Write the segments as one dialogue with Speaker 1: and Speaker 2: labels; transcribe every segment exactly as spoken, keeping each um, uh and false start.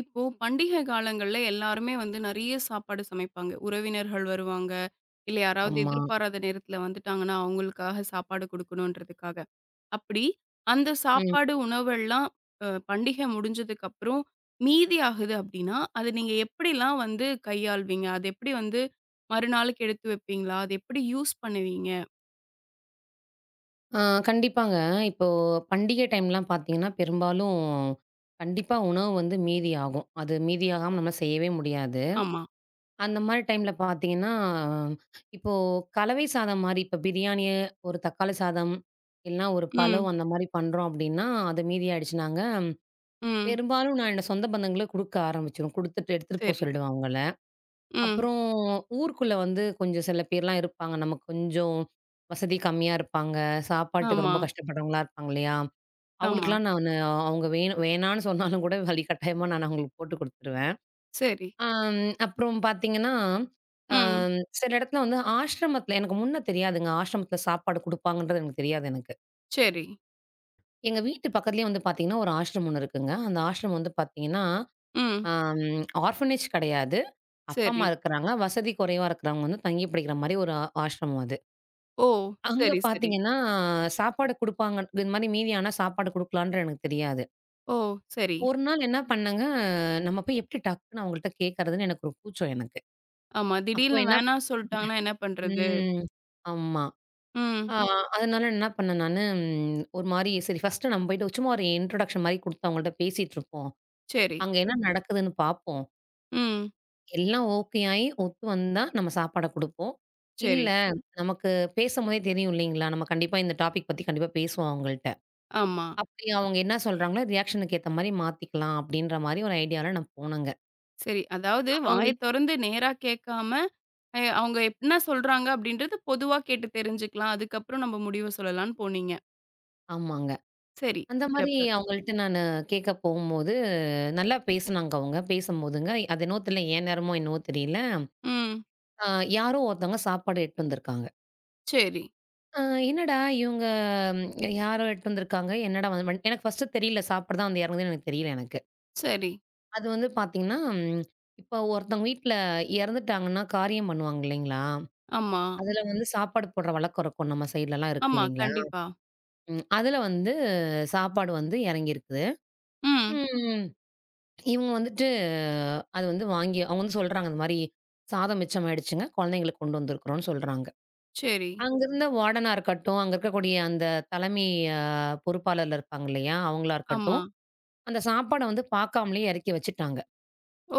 Speaker 1: இப்போ பண்டிகை காலங்கள்ல எல்லாருமே வந்து நெறைய சாப்பாடு சமைப்பாங்க. உறவினர்கள் வருவாங்க. இல்ல யாராவது
Speaker 2: ஆமா.
Speaker 1: எதிர்பாராத நேரத்துல வந்துட்டாங்கன்னா, அவங்களுக்காக சாப்பாடு குடுக்கணுன்றதுக்காக. அப்படி அந்த
Speaker 2: ம்.
Speaker 1: சாப்பாடு உணவெல்லாம் அ பண்டிகை முடிஞ்சதுக்கு அப்புறம் மீதி ஆகுது அப்படின்னா, அத நீங்க எப்படிலாம் வந்து கையாள்வீங்க? அது எப்படி வந்து மறுநாளுக்கு எடுத்து வைப்பீங்களா? அது எப்படி யூஸ் பண்ணுவீங்க?
Speaker 2: ஆ கண்டிப்பாங்க. இப்போ பண்டிகை டைம்லாம் பார்த்தீங்கன்னா, பெரும்பாலும் கண்டிப்பா உணவு வந்து மீதி ஆகும். அது மீதியாகாம நம்ம செய்யவே முடியாது.
Speaker 1: ஆமா.
Speaker 2: அந்த மாரி டைம்ல பார்த்தீங்கன்னா, இப்போ கலவை சாதம் மாரி இப்போ பிரியாணி, ஒரு தக்காளி சாதம், இல்லனா ஒரு
Speaker 1: ம்.
Speaker 2: பலவ் அந்த மாரி பண்றோம் அப்டின்னா, அது மீதி ஆயிடுச்சுனாங்க,
Speaker 1: ம்.
Speaker 2: பெரும்பாலும் நான் என்னோட சொந்த பந்தங்களுக்கு குடுக்க ஆரம்பிச்சுருவேன். குடுத்துட்டு எடுத்துட்டு போ
Speaker 1: சரி.
Speaker 2: சொல்லிடுவேன் அவங்கள.
Speaker 1: ம்.
Speaker 2: அப்புறம் ஊருக்குள்ள வந்து கொஞ்சம் சில பேர்லாம் இருப்பாங்க. நமக்கு கொஞ்சம் வசதி கம்மியா இருப்பாங்க. சாப்பாட்டுக்கு
Speaker 1: ஆமா.
Speaker 2: ரொம்ப கஷ்டப்படுறவங்களா இருப்பாங்க இல்லையா?
Speaker 1: ஆமா.
Speaker 2: அவங்களுக்கெல்லாம் நானு அவங்க வேணு வேணான்னு சொன்னாலும் கூட வழி கட்டாயமா நான் அவங்களுக்கு போட்டு குடுத்துருவேன்.
Speaker 1: சரி.
Speaker 2: அம் அப்புறம் பார்த்தீங்கன்னா,
Speaker 1: ம்.
Speaker 2: அம் சில இடத்துல வந்து ஆசிரமத்தில எனக்கு முன்ன தெரியாதுங்க. ஆசிரமத்தில சாப்பாடு குடுப்பாங்கன்றது எனக்கு தெரியாது எனக்கு.
Speaker 1: சரி.
Speaker 2: எங்க வீட்டு பக்கத்துலயே வந்து பார்த்தீங்கன்னா, ஒரு ஆசிரமம் ஒண்ணு இருக்குங்க. அந்த ஆசிரமம் வந்து பார்த்தீங்கன்னா,
Speaker 1: ம்.
Speaker 2: அம் ஆர்ஃபனேஜ் கிடையாது. அப்பா, அம்மா
Speaker 1: சரி.
Speaker 2: இருக்கிறாங்க. வசதி குறைவா இருக்கிறவங்க வந்து தங்கி படிக்கிற மாரி ஒரு ஆ ஆஷ்ரமம் அது.
Speaker 1: ஓ!
Speaker 2: அங்க
Speaker 1: சரி, சரி.
Speaker 2: பார்த்தீங்கன்னா, சாப்பாடு குடுப்பாங்க. இது மாரி மீதி ஆனா சாப்பாடு குடுக்கலான்றது எனக்கு தெரியாது.
Speaker 1: ஓ! சரி.
Speaker 2: ஒரு நாள் என்ன பண்ணேங்க, நம்ம போய் எப்படி டக்குன்னு அவங்கள்ட்ட கேட்கறதுன்னு எனக்கு ஒரு கூச்சம் எனக்கு.
Speaker 1: ஆமா.
Speaker 2: அப்போ
Speaker 1: திடீர்னு
Speaker 2: என்ன
Speaker 1: வேணா சொல்ட்டாங்கன்னா என்ன பண்றது?
Speaker 2: ம். ஆமா.
Speaker 1: ம்.
Speaker 2: ஆ அதனால என்ன பண்ணேன் நானு, ம் ஒரு மாரி சரி ஃபர்ஸ்ட்டு நம்ம போயிட்டு சும்மா ஒரு இன்ட்ரோடக்ஷன் மாரி குடுத்து அவங்கள்ட்ட பேசிட்டுருப்போம்.
Speaker 1: சரி.
Speaker 2: அங்க என்ன நடக்குதுன்னு பார்ப்போம்.
Speaker 1: ம்.
Speaker 2: எல்லாம் ஓகே ஆயி, ஒத்து வந்தா நம்ம சாப்பாட குடுப்போம்.
Speaker 1: சரி.
Speaker 2: இல்ல, நமக்கு பேசம்போதே தெரியும் இல்லைங்களா? நம்ம கண்டிப்பா இந்த டாபிக் பத்தி கண்டிப்பா பேசுவோம் அவங்கள்ட்ட.
Speaker 1: ஆமா.
Speaker 2: அப்படி அவங்க என்ன சொல்றாங்களோ, ரியாக்ஷனுக்கு ஏத்த மாரி மாத்திக்கலாம் அப்படின்ற மாரி ஒரு ஐடியால நான் போனேங்க.
Speaker 1: சரி. அதாவது வாய
Speaker 2: அவங்கள்
Speaker 1: தொறந்து நேரா கேட்காம, எ அவங்க என்ன சொல்றாங்க அப்படின்றது பொதுவா கேட்டு தெரிஞ்சுக்கலாம். அதுக்கப்புறம் நம்ம முடிவு சொல்லலாம்னு போனீங்க.
Speaker 2: ஆமாங்க.
Speaker 1: சரி.
Speaker 2: அந்த மாரி
Speaker 1: சிறப்பு.
Speaker 2: அவங்கள்ட்ட நானு கேட்க போகும்போது, நல்லா பேசுனாங்க அவங்க. பேசும்போதுங்க, அது என்னவோ தெரியல, என் நேரமோ என்னவோ தெரியல,
Speaker 1: ம்.
Speaker 2: அ யாரோ ஒருத்தவங்க சாப்பாடு எடுத்துட்டு வந்திருக்காங்க.
Speaker 1: சரி,
Speaker 2: அ என்னடா இவங்க ம், யாரோ எடுத்துட்டு வந்திருக்காங்க, என்னடா வ எனக்கு ஃபர்ஸ்ட்டு தெரியல, சாப்பாடு தான் வந்து இறங்குதுன்னு எனக்கு தெரியல எனக்கு.
Speaker 1: சரி.
Speaker 2: அது வந்து பார்த்தீங்கன்னா, ம் இப்போ ஒருத்தவங்க வீட்ல இறந்துட்டாங்கன்னா, காரியம் பண்ணுவாங்க இல்லைங்களா?
Speaker 1: ஆமா,
Speaker 2: அதுல வந்து சாப்பாடு போடுற வழக்கம் இருக்கும். நம்ம சைட்லலாம் இருக்கு
Speaker 1: ஆமா.
Speaker 2: இல்லைங்களா?
Speaker 1: கண்டிப்பா.
Speaker 2: ம். அதுல வந்து சாப்பாடு வந்து இறங்கியிருக்குது.
Speaker 1: ம்.
Speaker 2: ம். இவங்க வந்துட்டு அது வந்து வாங்கி அவங்க வந்து சொல்றாங்க, இந்த மாரி "சாதம் மிச்சமாயிடுச்சுங்க. குழந்தைங்களுக்கு கொண்டு வந்திருக்கிறோம்னு" சொல்றாங்க.
Speaker 1: சரி.
Speaker 2: அங்கிருந்த வார்டனா இருக்கட்டும், அங்க இருக்கக்கூடிய அந்த தலைமை அ பொறுப்பாளர்ல இருப்பாங்க இல்லையா? அவங்களா
Speaker 1: ஆமா.
Speaker 2: இருக்கட்டும், அந்த சாப்பாட வந்து பார்க்காமலே இறக்கி வச்சுட்டாங்க.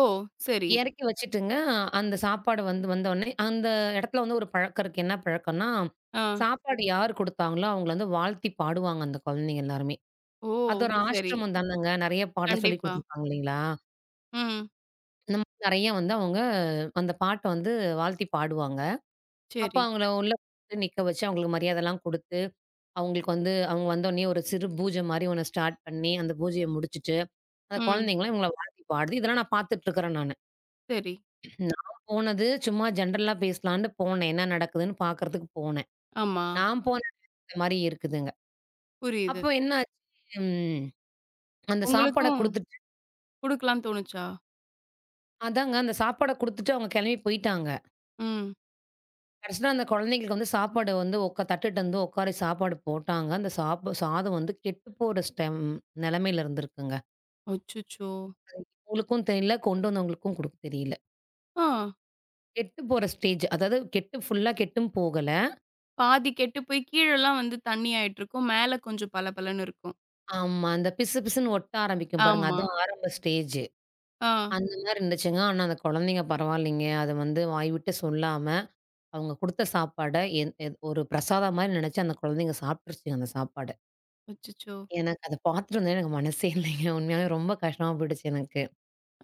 Speaker 1: ஓ! சரி.
Speaker 2: இறக்கி வச்சுட்டுங்க, அந்த சாப்பாடு வந்து வந்தோனே, அந்த இடத்துல வந்து ஒரு பழக்கம் இருக்கு. என்ன பழக்கம்னா,
Speaker 1: ஆ.
Speaker 2: சாப்பாடு யார் குடுத்தாங்களோ, அவங்கள வந்து வாழ்த்தி பாடுவாங்க அந்த குழந்தைங்க எல்லாருமே.
Speaker 1: ஓ!
Speaker 2: அது ஒரு
Speaker 1: சரி.
Speaker 2: ஆஷ்ரமம் தானங்க. நெறைய பாட்டெல்லாம் சொல்லிக்
Speaker 1: கண்டிப்பா.
Speaker 2: குடுத்துருப்பாங்க இல்லைங்களா?
Speaker 1: ம்.
Speaker 2: இந்த மாரி நெறைய வந்து அவங்க அந்த பாட்ட வந்து வாழ்த்தி பாடுவாங்க. அப்ப
Speaker 1: சரி.
Speaker 2: அவங்கள உள்ள கூப்ட்டு நிக்க வச்சு, அவங்களுக்கு மரியாதைலாம் குடுத்து, அவங்களுக்கு வந்து அவங்க வந்தோனே ஒரு சிறு பூஜை மாரி ஒண்ணு ஸ்டார்ட் பண்ணி, அந்த பூஜைய முடிச்சுட்டு, அந்த
Speaker 1: ம்.
Speaker 2: குழந்தைங்கலாம் இவங்கள வாழ்த்தி பாடுது. இதெல்லாம் நான் பார்த்துட்டு இருக்கிறேன் நானு.
Speaker 1: சரி.
Speaker 2: நான் போனது சும்மா ஜென்ரலா பேசலான்னு போனேன். என்ன நடக்குதுன்னு பார்க்கறதுக்கு போனேன்.
Speaker 1: ஆமா,
Speaker 2: நான் போன இடத்துல இந்த மாரி இருக்குதுங்க.
Speaker 1: புரியுது.
Speaker 2: அப்போ என்ன ஆச்சு, ம் அந்த சாப்பாட
Speaker 1: உங்களுக்கும்
Speaker 2: குடுத்துட்டு
Speaker 1: குடுக்கலாம்ன்னு தோணுச்சா?
Speaker 2: அதாங்க அந்த சாப்பாட குடுத்துட்டு அவங்க கிளம்பி போயிட்டாங்க.
Speaker 1: ம்.
Speaker 2: கடைசில அந்த குழந்தைங்களுக்கு வந்து சாப்பாடு வந்து உக்கா தட்டுட்டு வந்து உட்கார சாப்பாடு போட்டாங்க. அந்த சாப் சாதம் வந்து கெட்டு போற ஸ்டம் நிலைமையில இருந்திருக்குங்க.
Speaker 1: அச்சச்சோ!
Speaker 2: அவங்களுக்கும் தெரியல, கொண்டு வந்தவங்களுக்கும் குடுக்க தெரியல.
Speaker 1: ஆ.
Speaker 2: கெட்டு போற ஸ்டேஜ். அதாவது கெட்டு ஃபுல்லா கெட்டும் போகல.
Speaker 1: பாதி கெட்டு போய் கீழலாம் வந்து தண்ணி ஆயிட்டுருக்கும். மேல கொஞ்சம் பளபளன்னு இருக்கும்.
Speaker 2: ஆமா. அந்த பிசு பிசுன்னு ஒட்ட ஆரம்பிக்கும் பாருங்க.
Speaker 1: ஆமா.
Speaker 2: அதான் ஆரம்ப ஸ்டேஜ்.
Speaker 1: ஆ.
Speaker 2: அந்த மாரி இருந்துச்சுங்க. ஆனா, அந்த குழந்தைங்க பரவாயில்லைங்க. அத வந்து வாய்விட்டு சொல்லாம, அவங்க குடுத்த சாப்பாட என் என் ஒரு பிரசாதம் மாரி நெனச்சு அந்த குழந்தைங்க சாப்ட்டுருச்சுங்க அந்த சாப்பாட.
Speaker 1: அச்சச்சோ!
Speaker 2: எனக்கு அத பார்த்துட்டு வந்தோனே எனக்கு மனசே இல்லைங்க. உண்மையாவே ரொம்ப கஷ்டமா போயிடுச்சு எனக்கு.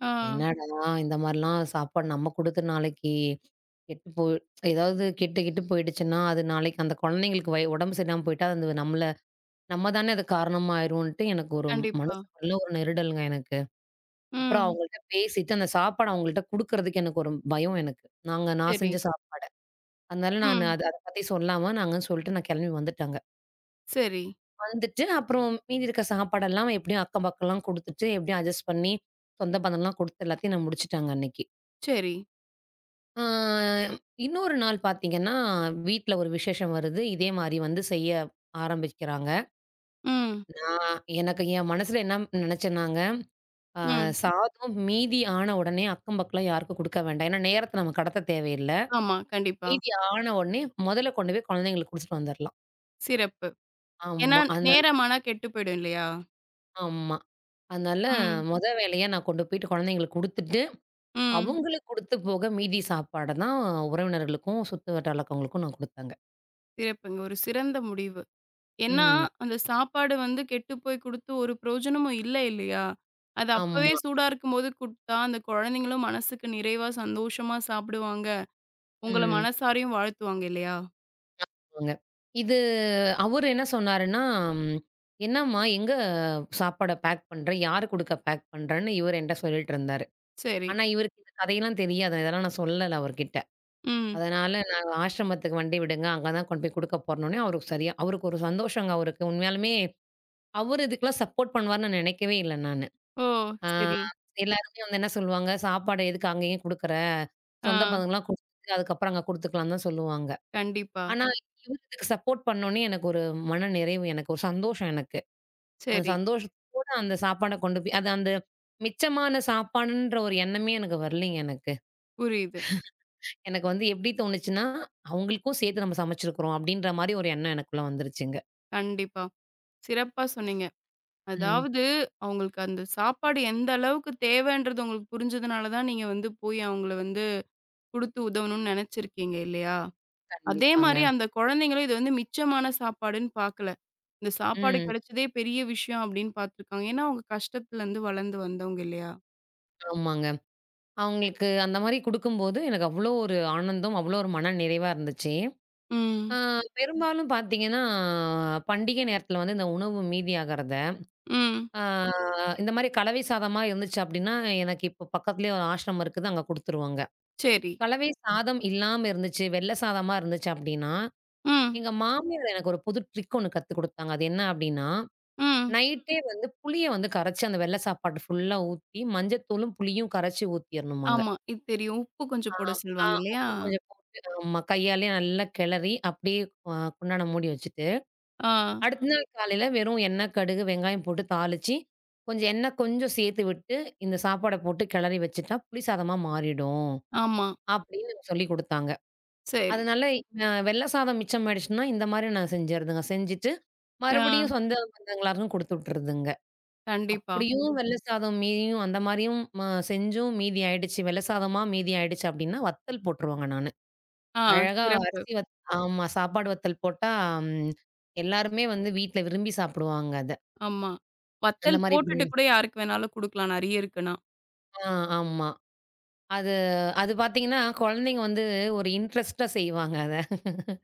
Speaker 1: ஆ.
Speaker 2: என்னடா! இந்த மாரிலாம் சாப்பாடு நம்ம குடுத்து நாளைக்கு கெட்டு போ ஏதாவது கெட்டு கிட்டு போயிடுச்சுன்னா, அது நாளைக்கு அந்த குழந்தைங்களுக்கு வய உடம்பு சரியில்லாம போயிட்டா, அது நம்மள நம்ம தானே அது காரணமா ஆயிருவோன்ட்டு எனக்கு ஒரு
Speaker 1: கண்டிப்பா.
Speaker 2: மனசுக்குள்ள ஒரு நெருடல்ங்க எனக்கு. அப்புறம்
Speaker 1: ம்.
Speaker 2: அவங்கள்ட்ட பேசிட்டு, அந்த சாப்பாட அவங்கள்ட்ட குடுக்குறதுக்கு எனக்கு ஒரு பயம் எனக்கு. நாங்க நான்
Speaker 1: சரி.
Speaker 2: செஞ்ச சாப் அதனால நானு
Speaker 1: ம்.
Speaker 2: அத அத பத்தி சொல்லாம நாங்கன்னு சொல்லிட்டு நான் கெளம்பி வந்துட்டேங்க.
Speaker 1: சரி,
Speaker 2: வந்துட்டு அப்புறம் மீதி இருக்க சாப்பாடெல்லாம் எப்படியும் அக்கம் பக்கம்லாம் குடுத்துட்டு, எப்படியும் அட்ஜஸ்ட் பண்ணி சொந்த பந்தம்லாம் குடுத்து எல்லாத்தையும் நான் முடிச்சுட்டேங்க அன்னைக்கு.
Speaker 1: சரி.
Speaker 2: ஆ இன்னொரு நாள் பாத்தீங்கன்னா, வீட்ல ஒரு விசேஷம் வருது. இதே மாரி வந்து செய்ய ஆரம்பிக்கிறாங்க.
Speaker 1: ம்.
Speaker 2: நான் எனக்கு என் மனசுல என்ன நெனச்சேன்னாங்க, அ
Speaker 1: ம்.
Speaker 2: சாதம் மீதி ஆன உடனே அக்கம் பக்கம்லாம் யாருக்கும் குடுக்க வேண்டாம். ஏன்னா, நேரத்த நம்ம கடத்த தேவையில்ல.
Speaker 1: ஆமா, கண்டிப்பா.
Speaker 2: மீதி ஆன உடனே முதல்ல கொண்டு போய் குழந்தைங்களுக்கு குடுத்துட்டு வந்துரலாம்.
Speaker 1: சிறப்பு. ஏன்னா,
Speaker 2: ஆமா. அதனால
Speaker 1: நேரமானா கெட்டு போயிடும் இல்லையா?
Speaker 2: ஆமா. அதனால
Speaker 1: ம்.
Speaker 2: மொத வேலையா நான் கொண்டு போயிட்டு குழந்தைங்களுக்கு குடுத்துட்டு,
Speaker 1: ம்.
Speaker 2: அவங்களுக்கு குடுத்து போக மீதி சாப்பாட தான் உறவினர்களுக்கும், சுத்து வட்டாரங்களுக்கும் நான் குடுத்தேங்க.
Speaker 1: சிறப்புங்க. ஒரு சிறந்த முடிவு. ஏன்னா,
Speaker 2: ம்.
Speaker 1: அந்த சாப்பாடு வந்து கெட்டுப்போய் குடுத்து ஒரு பிரயோஜனமும் இல்ல இல்லையா? அது அப்பவே
Speaker 2: ஆமா.
Speaker 1: சூடா இருக்கும்போது குடுத்தா, அந்த குழந்தைங்களும் மனசுக்கு நிறைவா, சந்தோஷமா சாப்பிடுவாங்க. உங்கள
Speaker 2: ம்.
Speaker 1: மனசாரையும் வாழ்த்துவாங்க இல்லையா?
Speaker 2: ஆமாங்க. இது அவரு என்ன சொன்னாருன்னா, ம், "என்னம்மா எங்க சாப்பாட பேக் பண்ற? யாரு குடுக்க பேக் பண்றன்னு?" இவரு என்ட்ட சொல்லிட்டு இருந்தாரு.
Speaker 1: சரி.
Speaker 2: ஆனா இவருக்கு இந்த கதையெல்லாம் தெரியாது. இதெல்லாம் நான் சொல்லல அவர்கிட்ட.
Speaker 1: ம்.
Speaker 2: அதனால நாங்க ஆசிரமத்துக்கு வண்டி விடுங்க. அங்க தான் கொண்டு போய் குடுக்க போறோன்னே, அவருக்கு சரியா அவருக்கு ஒரு சந்தோஷங்க அவருக்கு. உண்மையாலுமே அவரு இதுக்கெல்லாம் சப்போர்ட் பண்ணுவாருன்னு நான் நினைக்கவே இல்ல நானு.
Speaker 1: ஓ!
Speaker 2: ஆ
Speaker 1: சரி.
Speaker 2: எல்லாருமே வந்து என்ன சொல்லுவாங்க, "சாப்பாடு எதுக்கு அங்கேயும் குடுக்குற?
Speaker 1: ஆ.
Speaker 2: சொந்த பந்தங்கள்லாம் குடுத்துட்டு அதுக்கப்புறம் அங்க குடுத்துக்கலாம்" தான் சொல்லுவாங்க.
Speaker 1: கண்டிப்பா.
Speaker 2: ஆனா இவரு இதுக்கு சப்போர்ட் பண்ணோன்னே எனக்கு ஒரு மன நிறைவு, எனக்கு ஒரு சந்தோஷம் எனக்கு. அந்த
Speaker 1: சரி.
Speaker 2: சந்தோஷத்தோட அந்த சாப்பாட கொண்டு போய் அது அந்த மிச்சமான சாப்பாடுன்ற ஒரு எண்ணமே எனக்கு வரலீங்க எனக்கு.
Speaker 1: புரியுது.
Speaker 2: எனக்கு வந்து எப்படி தோணுச்சுன்னா, அவங்களுக்கும் சேர்த்து நம்ம சமைச்சிருக்கிறோம் அப்படின்ற மாரி ஒரு எண்ணம் எனக்குள்ள வந்துருச்சுங்க.
Speaker 1: கண்டிப்பா. சிறப்பா சொன்னீங்க.
Speaker 2: ம்.
Speaker 1: அதாவது அவங்களுக்கு அந்த சாப்பாடு எந்த அளவுக்கு தேவைன்றது உங்களுக்கு புரிஞ்சதுனால தான், நீங்க வந்து போய் அவங்கள வந்து குடுத்து உதவணும்னு நெனச்சிருக்கீங்க இல்லையா? அதே
Speaker 2: கண்டிப்பாங்க.
Speaker 1: மாரி அந்த குழந்தைங்களும் இது வந்து மிச்சமான சாப்பாடுன்னு பார்க்கல. இந்த சாப்பாடு
Speaker 2: ம்.
Speaker 1: கிடைச்சதே பெரிய விஷயம் அப்படின்னு பார்த்துருக்காங்க. ஏன்னா, அவங்க கஷ்டத்துலருந்து வளர்ந்து வந்தவங்க இல்லையா?
Speaker 2: ஆமாங்க. அவங்களுக்கு அந்த மாரி குடுக்கும்போது எனக்கு அவ்வளோ ஒரு ஆனந்தம், அவ்வளோ ஒரு மன நிறைவா இருந்துச்சு. ஆ
Speaker 1: ம்.
Speaker 2: பெரும்பாலும் பார்த்தீங்கன்னா, பண்டிகை நேரத்தில வந்து இந்த உணவு மீதியாகிறத,
Speaker 1: ம்.
Speaker 2: ஆ இந்த மாரி கலவை சாதமா இருந்துச்சு அப்படின்னா, எனக்கு இப்போ பக்கத்திலேயே ஒரு ஆசிரமம் இருக்குது, அங்க குடுத்துருவாங்க.
Speaker 1: சரி.
Speaker 2: கலவை சாதம் இல்லாம இருந்துச்சு, வெள்ள சாதமா இருந்துச்சு அப்படின்னா,
Speaker 1: ம்.
Speaker 2: எங்க மாமியார் எனக்கு ஒரு புது ட்ரிக் ஒண்ணு கத்துக் குடுத்தாங்க. அது என்ன அப்படின்னா
Speaker 1: ம்.
Speaker 2: நைட்டே வந்து புளிய வந்து கரைச்சு அந்த வெள்ள சாப்பாடு ஃபுல்லா ஊத்தி, மஞ்சத்தூளும், புளியும் கரைச்சு ஊத்திரணுமாங்க.
Speaker 1: ஆமா. இது தெரியும். உப்பு
Speaker 2: ஆ,
Speaker 1: கொஞ்சம் போட
Speaker 2: ஆ
Speaker 1: சொல்லுவாங்க இல்லையா?
Speaker 2: உப்பு கொஞ்சம் போட்டு ஆமா. கையாலயே நல்லா கிளறி அப்படியே அ குண்டான மூடி வச்சுட்டு,
Speaker 1: ஆ.
Speaker 2: அடுத்த நாள் காலையில வெறும் எண்ணெய், கடுகு, வெங்காயம் போட்டு தாளிச்சு, கொஞ்சம் எண்ணெய் கொஞ்சம் சேர்த்து விட்டு, இந்த சாப்பாட போட்டு கிளறி வச்சுட்டா புளி சாதமா மாறிடும்.
Speaker 1: ஆமா.
Speaker 2: அப்படின்னு எனக்கு சொல்லிக் குடுத்தாங்க.
Speaker 1: சரி.
Speaker 2: அதனால அ வெள்ள சாதம் மிச்சமாயிடுச்சுன்னா, இந்த மாரி நான் செஞ்சுறதுங்க. செஞ்சுட்டு
Speaker 1: ஆ.
Speaker 2: மறுபடியும் சொந்த பந்தங்களாருக்கும் குடுத்து விட்டுறதுங்க.
Speaker 1: கண்டிப்பா.
Speaker 2: அப்படியும் வெள்ள சாதம் மீதியும் அந்த மாரியும் ம செஞ்சும் மீதி ஆயிடுச்சு. வெள்ள சாதமா மீதி ஆயிடுச்சு அப்படின்னா, வத்தல் போட்டுருவேங்க நானு.
Speaker 1: ஆ.
Speaker 2: அழகா ம்.
Speaker 1: சிறப்பு.
Speaker 2: அரிசி வத் ஆமா. சாப்பாடு வத்தல் போட்டா ம் எல்லாருமே வந்து வீட்ல விரும்பி சாப்பிடுவாங்க அத.
Speaker 1: ஆமா.
Speaker 2: அந்த
Speaker 1: வத்தல்
Speaker 2: மாரி பண்ணிரு
Speaker 1: போட்டுட்டு கூட யாருக்கு வேணாலும் குடுக்கலாம் நெறைய இருக்குன்னா.
Speaker 2: ஆ ஆமா. அது அது பார்த்தீங்கன்னா, குழந்தைங்க வந்து ஒரு இன்ட்ரெஸ்ட்டா செய்வாங்க அத.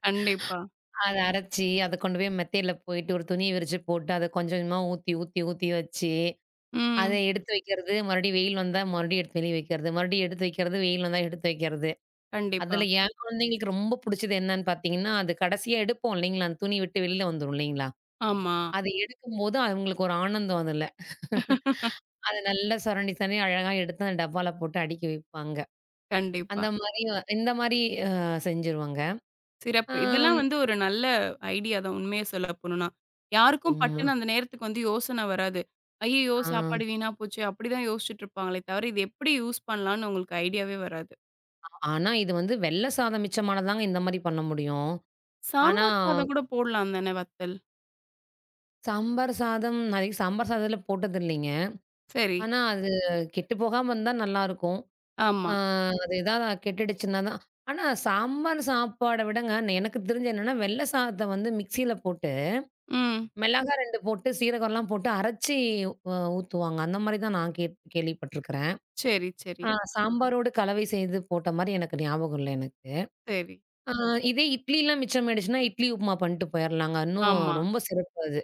Speaker 1: கண்டிப்பா.
Speaker 2: அத அரைச்சு, அத கொண்டு போய் மெத்தையில போயிட்டு ஒரு துணிய விரிச்சு போட்டு, அத கொஞ்சம் கொஞ்சமா ஊத்தி, ஊத்தி, ஊத்தி வச்சு, அத
Speaker 1: ம்.
Speaker 2: எடுத்து வைக்கிறது, மறுபடியும் வெயில் வந்தா மறுபடியும் எடுத்து வெளிய வைக்கிறது, மறுபடியும் எடுத்து வைக்கிறது, வெயில் வந்தா எடுத்து வைக்கிறது.
Speaker 1: கண்டிப்பா.
Speaker 2: அதுல என் குழந்தைங்களுக்கு ரொம்ப புடிச்சது என்னன்னு பார்த்தீங்கன்னா, அது கடைசியா எடுப்போம் இல்லைங்களா? அந்த துணி விட்டு வெளில வந்துரும் இல்லைங்களா?
Speaker 1: ஆமா.
Speaker 2: அது எடுக்கும்போது அவங்களுக்கு ஒரு ஆனந்தம் அதுல. அத நல்லா சொரண்டி சொரண்டி அழகா எடுத்து அந்த டப்பால போட்டு அடுக்கி வைப்பாங்க.
Speaker 1: கண்டிப்பா.
Speaker 2: அந்த மாரி இந்த மாரி அ செஞ்சுருவாங்க.
Speaker 1: சிறப்பு.
Speaker 2: ஆம்
Speaker 1: இதெல்லாம் வந்து ஒரு நல்ல ஐடியா தான் உண்மைய சொல்ல போணும்னா. யாருக்கும்
Speaker 2: ஆமா.
Speaker 1: பட்டுன்னு அந்த நேரத்துக்கு வந்து யோசனை வராது. ஐயய்யோ!
Speaker 2: ஆ
Speaker 1: சாப்பாடு வீணா போச்சே அப்படிதான் யோசிச்சுட்டு இருப்பாங்களே தவிர, இது எப்படி யூஸ் பண்ணலாம்ன்னு உங்களுக்கு ஐடியாவே வராது.
Speaker 2: ஆனா இது வந்து வெள்ள சாதம் மிச்சமானதாங்க இந்த மாரி பண்ண முடியும். ஆனா
Speaker 1: சாம்பார் சாதம் கூட போடலாம் தானே வத்தல்.
Speaker 2: சாம்பார் சாதம் நான் இதுவரைக்கும் சாம்பார் சாதத்துல போட்டதில்லைங்க.
Speaker 1: சரி.
Speaker 2: ஆனா அது கெட்டு போகாம இருந்தா நல்லாருக்கும்.
Speaker 1: ஆமா.
Speaker 2: ஆ அது ஏதாவது கெட்டுடுச்சுன்னா தான். ஆனா சாம்பார் சாப்பாட விடங்க ந- எனக்கு தெரிஞ்சு என்னன்னா, வெள்ள சாதத்த வந்து மிக்ஸியில போட்டு,
Speaker 1: ம்.
Speaker 2: மிளகா ரெண்டு போட்டு, சீரகம்லாம் போட்டு அரைச்சு அ ஊத்துவாங்க. அந்த மாரி தான் நான் கேட் கேள்விப்பட்டுருக்கிறேன்.
Speaker 1: சரி, சரி,
Speaker 2: ஆ சாம்பாரோடு கலவை செய்து போட்ட மாரி எனக்கு ஞாபகம் இல்ல எனக்கு.
Speaker 1: சரி.
Speaker 2: ஆ இதே இட்லிலாம் மிச்சமாயிடுச்சுன்னா, இட்லி உப்புமா பண்ணிட்டு போயிரலாங்க. இன்னும்
Speaker 1: ஆமா.
Speaker 2: ரொம்ப சிறப்பு அது.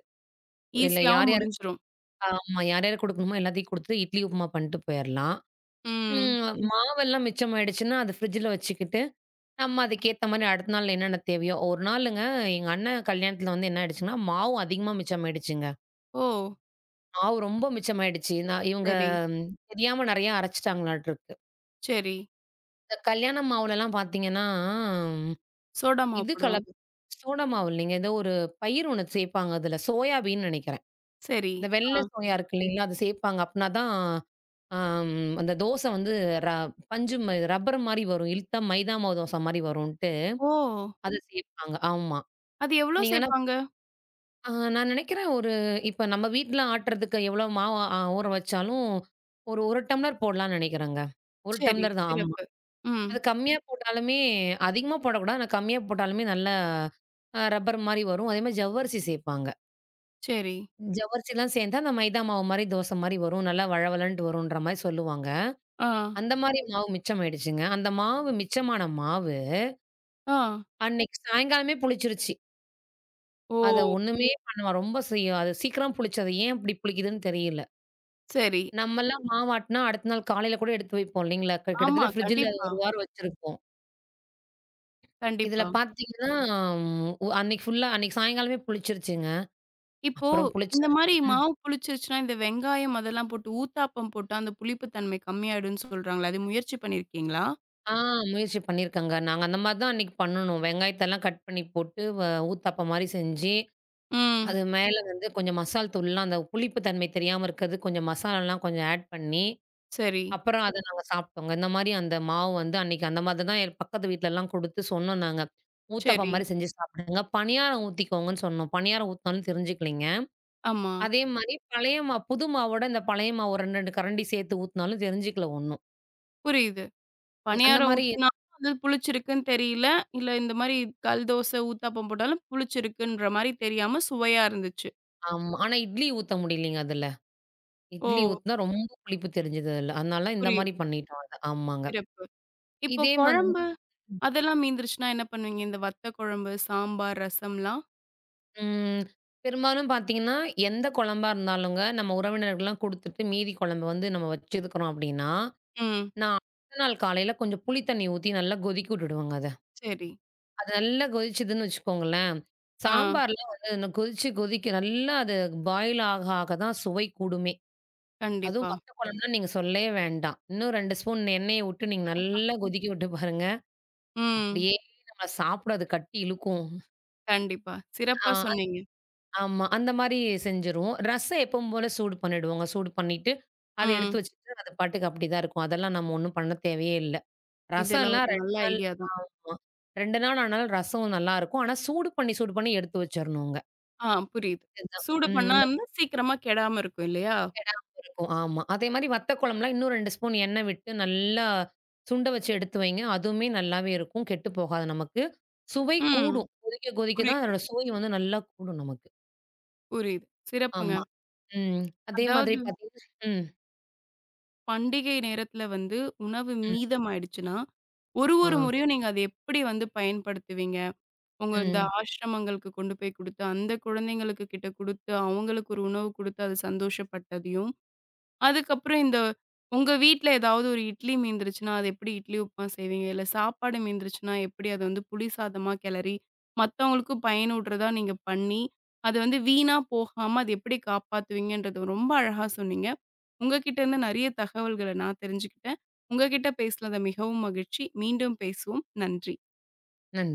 Speaker 2: இல்ல யார்
Speaker 1: ஈஸியாவும்
Speaker 2: யாருக்கு
Speaker 1: முடிஞ்சிரும்.
Speaker 2: ஆமா யார் யாருக்கு குடுக்கணுமோ எல்லாத்தையும் குடுத்து இட்லி உப்புமா பண்ணிட்டு போயிரலாம்.
Speaker 1: ம்.
Speaker 2: ம் மாவெல்லாம் மிச்சமாயிடுச்சுன்னா, அது ஃப்ரிட்ஜ்ல வச்சுக்கிட்டு நம்ம அதுக்கேத்த மாரி அடுத்த நாள் என்னென்ன தேவையோ, ஒரு நாளுங்க எங்க அண்ணன் கல்யாணத்துல வந்து என்ன ஆயிடுச்சுங்கன்னா, மாவு அதிகமா மிச்சமாயிடுச்சுங்க.
Speaker 1: ஓ!
Speaker 2: மாவு ரொம்ப மிச்சமாயிடுச்சு. நான் இவங்க
Speaker 1: சரி,
Speaker 2: ம், தெரியாம நெறையா அரைச்சுட்டாங்களாட்டுருக்கு.
Speaker 1: சரி.
Speaker 2: இந்த கல்யாண மாவுலலாம் பாத்தீங்கன்னா, ம்,
Speaker 1: சோடா மாவு
Speaker 2: இது கல
Speaker 1: போடுவாங்க.
Speaker 2: சோடா மாவு இல்லைங்க. ஏதோ ஒரு பயிர் ஒண்ணு சேப்பாங்க அதுல. சோயாபீன் நெனைக்கிறேன்.
Speaker 1: சரி.
Speaker 2: இந்த வெள்ள
Speaker 1: ஆ.
Speaker 2: சோயா இருக்கு இல்லைங்களா? அது சேப்பாங்க. அப்பனா தான் ஆம் அந்த தோசை வந்து ர பஞ்சு ம ரப்பர் மாரி வரும். இழுத்தா மைதா மாவு தோசை மாரி வருன்ட்டு,
Speaker 1: ஓ!
Speaker 2: அது சேப்பாங்க. ஆமா.
Speaker 1: அது எவ்வளோ
Speaker 2: நீங்க வேணா
Speaker 1: சேர்ப்பாங்க?
Speaker 2: ஆ நான் நினைக்கிறேன் ஒரு இப்ப நம்ம வீட்ல ஆட்டுறதுக்கு எவ்வளோ மாவு அ ஊற வச்சாலும், ஒரு 1 டம்ளர் போடலாம்ன்னு நினைக்கிறேங்க. ஒரு
Speaker 1: சரி.
Speaker 2: டம்ளர் தான் ஆமா.
Speaker 1: சிறப்பு. ம்.
Speaker 2: அது கம்மியா போட்டாலுமே அதிகமா போடக்கூடாது. ஆனா கம்மியா போட்டாலுமே நல்லா அ ரப்பர் மாரி வரும். அதே மாரி ஜவ்வரிசி சேர்ப்பாங்க.
Speaker 1: சரி.
Speaker 2: ஜவ்வரிசிலாம் சேர்ந்தா அந்த மைதா மாவு மாரி தோசை மாரி வரும். நல்லா வழவழன்ட்டு வரும்ன்ற மாரி சொல்லுவாங்க.
Speaker 1: ஆ.
Speaker 2: அந்த மாரி மாவு மிச்சம் ஆயிடுச்சுங்க. அந்த மாவு மிச்சமான மாவு,
Speaker 1: ஆ.
Speaker 2: அன்னைக்கு சாயங்காலமே புளிச்சிருச்சு. அத
Speaker 1: ஓ!
Speaker 2: ஒண்ணுமே பண்ண ரொம்ப சி அது சீக்கிரம் புளிச்சது. ஏன் இப்படி புளிக்குதுன்னு தெரியல.
Speaker 1: சரி.
Speaker 2: நம்மலாம் மாவாட்டுனா, அடுத்த நாள் காலையில கூட எடுத்து வைப்போம் இல்லைங்களா? க
Speaker 1: ஆமா.
Speaker 2: கிட்டத்தட்ட ஃப்ரிட்ஜில
Speaker 1: கண்டிப்பா,
Speaker 2: ஒரு வாரம் வச்சிருப்போம். இதில
Speaker 1: கண்டிப்பா.
Speaker 2: பார்த்தீங்கன்னா, ம் ஒ அன்னைக்கு ஃபுல்லா அன்னைக்கு சாயங்காலமே புளிச்சிருச்சுங்க.
Speaker 1: இப்போ
Speaker 2: அப்புறம்
Speaker 1: இந்த
Speaker 2: புளிச்சா
Speaker 1: மாரி
Speaker 2: ம்.
Speaker 1: மாவு புளிச்சிருச்சுன்னா, இந்த வெங்காயம் அதெல்லாம் போட்டு ஊத்தாப்பம் போட்டா, அந்த புளிப்பு தன்மை கம்மியாயிடும்ன்னு சொல்றாங்களே, அது முயற்சி பண்ணியிருக்கீங்களா?
Speaker 2: ஆ முயற்சி பண்ணியிருக்கங்க. நாங்க அந்த மாரி தான் அன்னைக்கு பண்ணணும். வெங்காயத்தெல்லாம் கட் பண்ணி போட்டு, வ ஊத்தாப்பம் மாரி செஞ்சு,
Speaker 1: ம்.
Speaker 2: அது மேல வந்து கொஞ்சம் மசால் தூள்லாம் அந்த புளிப்பு தன்மை தெரியாம இருக்கிறது, கொஞ்சம் மசாலாலாம் கொஞ்சம் ஆட் பண்ணி
Speaker 1: சரி,
Speaker 2: அப்புறம் அத நாங்க சாப்பிட்டோங்க. இந்த மாரி அந்த மாவு வந்து அன்னைக்கு அந்த மாதிரி தான் என் பக்கத்து வீட்லலாம் குடுத்து சொன்னோம் நாங்க. ஊத்தாப்பம்
Speaker 1: சரி.
Speaker 2: மாரி செஞ்சு சாப்பிடுங்க. பணியாரம் ஊத்திக்கோங்கன்னு சொன்னோம். பணியாரம் ஊத்துனாலும் தெரிஞ்சுக்கலைங்க.
Speaker 1: ஆமா.
Speaker 2: அதே மாரி பழைய மாவு புது மாவோட இந்த பழைய மாவு ஒரு ரெண்டு, ரெண்டு கரண்டி சேர்த்து ஊத்துனாலும் தெரிஞ்சுக்கல ஒண்ணும்.
Speaker 1: புரியுது.
Speaker 2: அந்த
Speaker 1: பணியாரம்
Speaker 2: மாரி
Speaker 1: ஊத்துனா அது புளிச்சிருக்குன்னு தெரியல. இல்ல இந்த மாரி கல் தோசை, ஊத்தாப்பம் போட்டாலும் புளிச்சிருக்குன்ற மாரி தெரியாம சுவையா இருந்துச்சு.
Speaker 2: ஆமா. ஆனா இட்லி ஊத்த முடியலைங்க அதுல.
Speaker 1: ஓ!
Speaker 2: இட்லி ஊத்துனா ரொம்ப புளிப்பு தெரிஞ்சது அதுல. அதனால இந்த மாரி
Speaker 1: புரியுது.
Speaker 2: பண்ணிட்டோம் அத. ஆமாங்க.
Speaker 1: சிறப்பு. இப்போ
Speaker 2: இதே மாதிரி
Speaker 1: குழம்பு அதெல்லாம் மீந்துருச்சுன்னா என்ன பண்ணுவீங்க? இந்த வத்த குழம்பு, சாம்பார், ரசம்லாம்?
Speaker 2: ம். பெரும்பாலும் பார்த்தீங்கன்னா, எந்த குழம்பா இருந்தாலுங்க, நம்ம உறவினர்கள்லாம் குடுத்துட்டு மீதி குழம்பு வந்து நம்ம வச்சிருக்கிறோம் அப்படின்னா,
Speaker 1: ம்.
Speaker 2: நான் அடுத்த நாள் காலையில கொஞ்சம் புளி தண்ணி ஊத்தி நல்லா கொதிக்க விட்டுடுவேங்க அத.
Speaker 1: சரி.
Speaker 2: அது நல்லா கொதிச்சதுன்னு வச்சுக்கோங்களேன்,
Speaker 1: ஆ.
Speaker 2: சாம்பார்லாம் வந்து இந்த கொதிச்சு கொதிக்க நல்லா அது பாயில் ஆக ஆக தான் சுவை கூடுமே. அதுவும்
Speaker 1: கண்டிப்பா.
Speaker 2: வத்த குழம்புலாம் நீங்க சொல்லவே வேண்டாம். இன்னும் ரெண்டு ஸ்பூன் எண்ணெய விட்டு நீங்க நல்லா கொதிக்க விட்டு பாருங்க,
Speaker 1: ம்.
Speaker 2: அப்படியே நம்ம சாப்பிட அது கட்டி இழுக்கும்.
Speaker 1: கண்டிப்பா. சிறப்பா சொன்னீங்க.
Speaker 2: ஆமா. அந்த மாரி செஞ்சுருவோம். ரசம் எப்பவும் போல சூடு பண்ணிடுவோங்க. சூடு பண்ணிட்டு, அத எடுத்து
Speaker 1: ம்.
Speaker 2: வச்சுட்டு அது பாட்டுக்கு அப்படிதான் இருக்கும். அதெல்லாம் நம்ம ஒண்ணும் பண்ண தேவையே இல்ல.
Speaker 1: இதெல்லாம்
Speaker 2: ரசம்லாம்
Speaker 1: ஒரு
Speaker 2: ரெண்டு
Speaker 1: நல்ல
Speaker 2: நாள்
Speaker 1: ஐடியா தான்.
Speaker 2: ஆமா. ரெண்டு நாள் ஆனாலும் ரசம் நல்லாருக்கும். ஆனா சூடு பண்ணி, சூடு பண்ணி எடுத்து வச்சரணுங்க.
Speaker 1: ஆ புரியுது.
Speaker 2: இதுதான்.
Speaker 1: சூடு
Speaker 2: ம். இந்த
Speaker 1: பண்ணாம சீக்கிரமா கெடாம இருக்கும் இல்லையா?
Speaker 2: கெடாம இருக்கும். ஆமா. அதே மாரி வத்த குழம்புலாம் இன்னும் ரெண்டு ஸ்பூன் எண்ணெய் விட்டு நல்லா சுண்ட வச்சு எடுத்து வைங்க. அதுவுமே நல்லாவே இருக்கும். கெட்டு போகாது நமக்கு. சுவை
Speaker 1: ம்.
Speaker 2: கூடும். கொதிக்க கொதிக்க தான்
Speaker 1: புரியுது,
Speaker 2: அதோட சுவை வந்து நல்லா கூடும் நமக்கு.
Speaker 1: புரியுது. சிறப்புங்க.
Speaker 2: ஆமா. ம். அதே மாதிரி
Speaker 1: அதாவது
Speaker 2: பார்த்தீங்கன்னா ம். ம்.
Speaker 1: பண்டிகை நேரத்துல வந்து உணவு மீதமாயிடுச்சுன்னா, ஒரு
Speaker 2: ஆ.
Speaker 1: ஒரு முறையும் நீங்க அத எப்படி வந்து பயன்படுத்துவீங்க? உங்க இந்த
Speaker 2: ம்.
Speaker 1: ஆசிரமங்களுக்கு கொண்டு போய் குடுத்து, அந்த குழந்தைங்களுக்கு கிட்ட குடுத்து, அவங்களுக்கு ஒரு உணவு குடுத்து அது சந்தோஷப்பட்டதையும் அதுக்கப்புறம் இந்த உங்க வீட்ல ஏதாவது ஒரு இட்லி மீந்துருச்சுன்னா, அது எப்படி இட்லி உப்புமா செய்வீங்க? இல்ல சாப்பாடு மீந்துருச்சுன்னா, எப்படி அத வந்து புளி சாதமா கிளறி, மத்தவங்களுக்கும் பயனுடுறதா நீங்க பண்ணி, அது வந்து வீணா போகாம அது எப்படி காப்பாத்துவீங்கன்றத ரொம்ப அழகா சொன்னீங்க. உங்ககிட்ட இருந்து நெறைய தகவல்கள நான் தெரிஞ்சுக்கிட்டேன். உங்ககிட்ட பேசினது மிகவும் மகிழ்ச்சி. மீண்டும் பேசுவோம். நன்றி.
Speaker 2: நன்றி.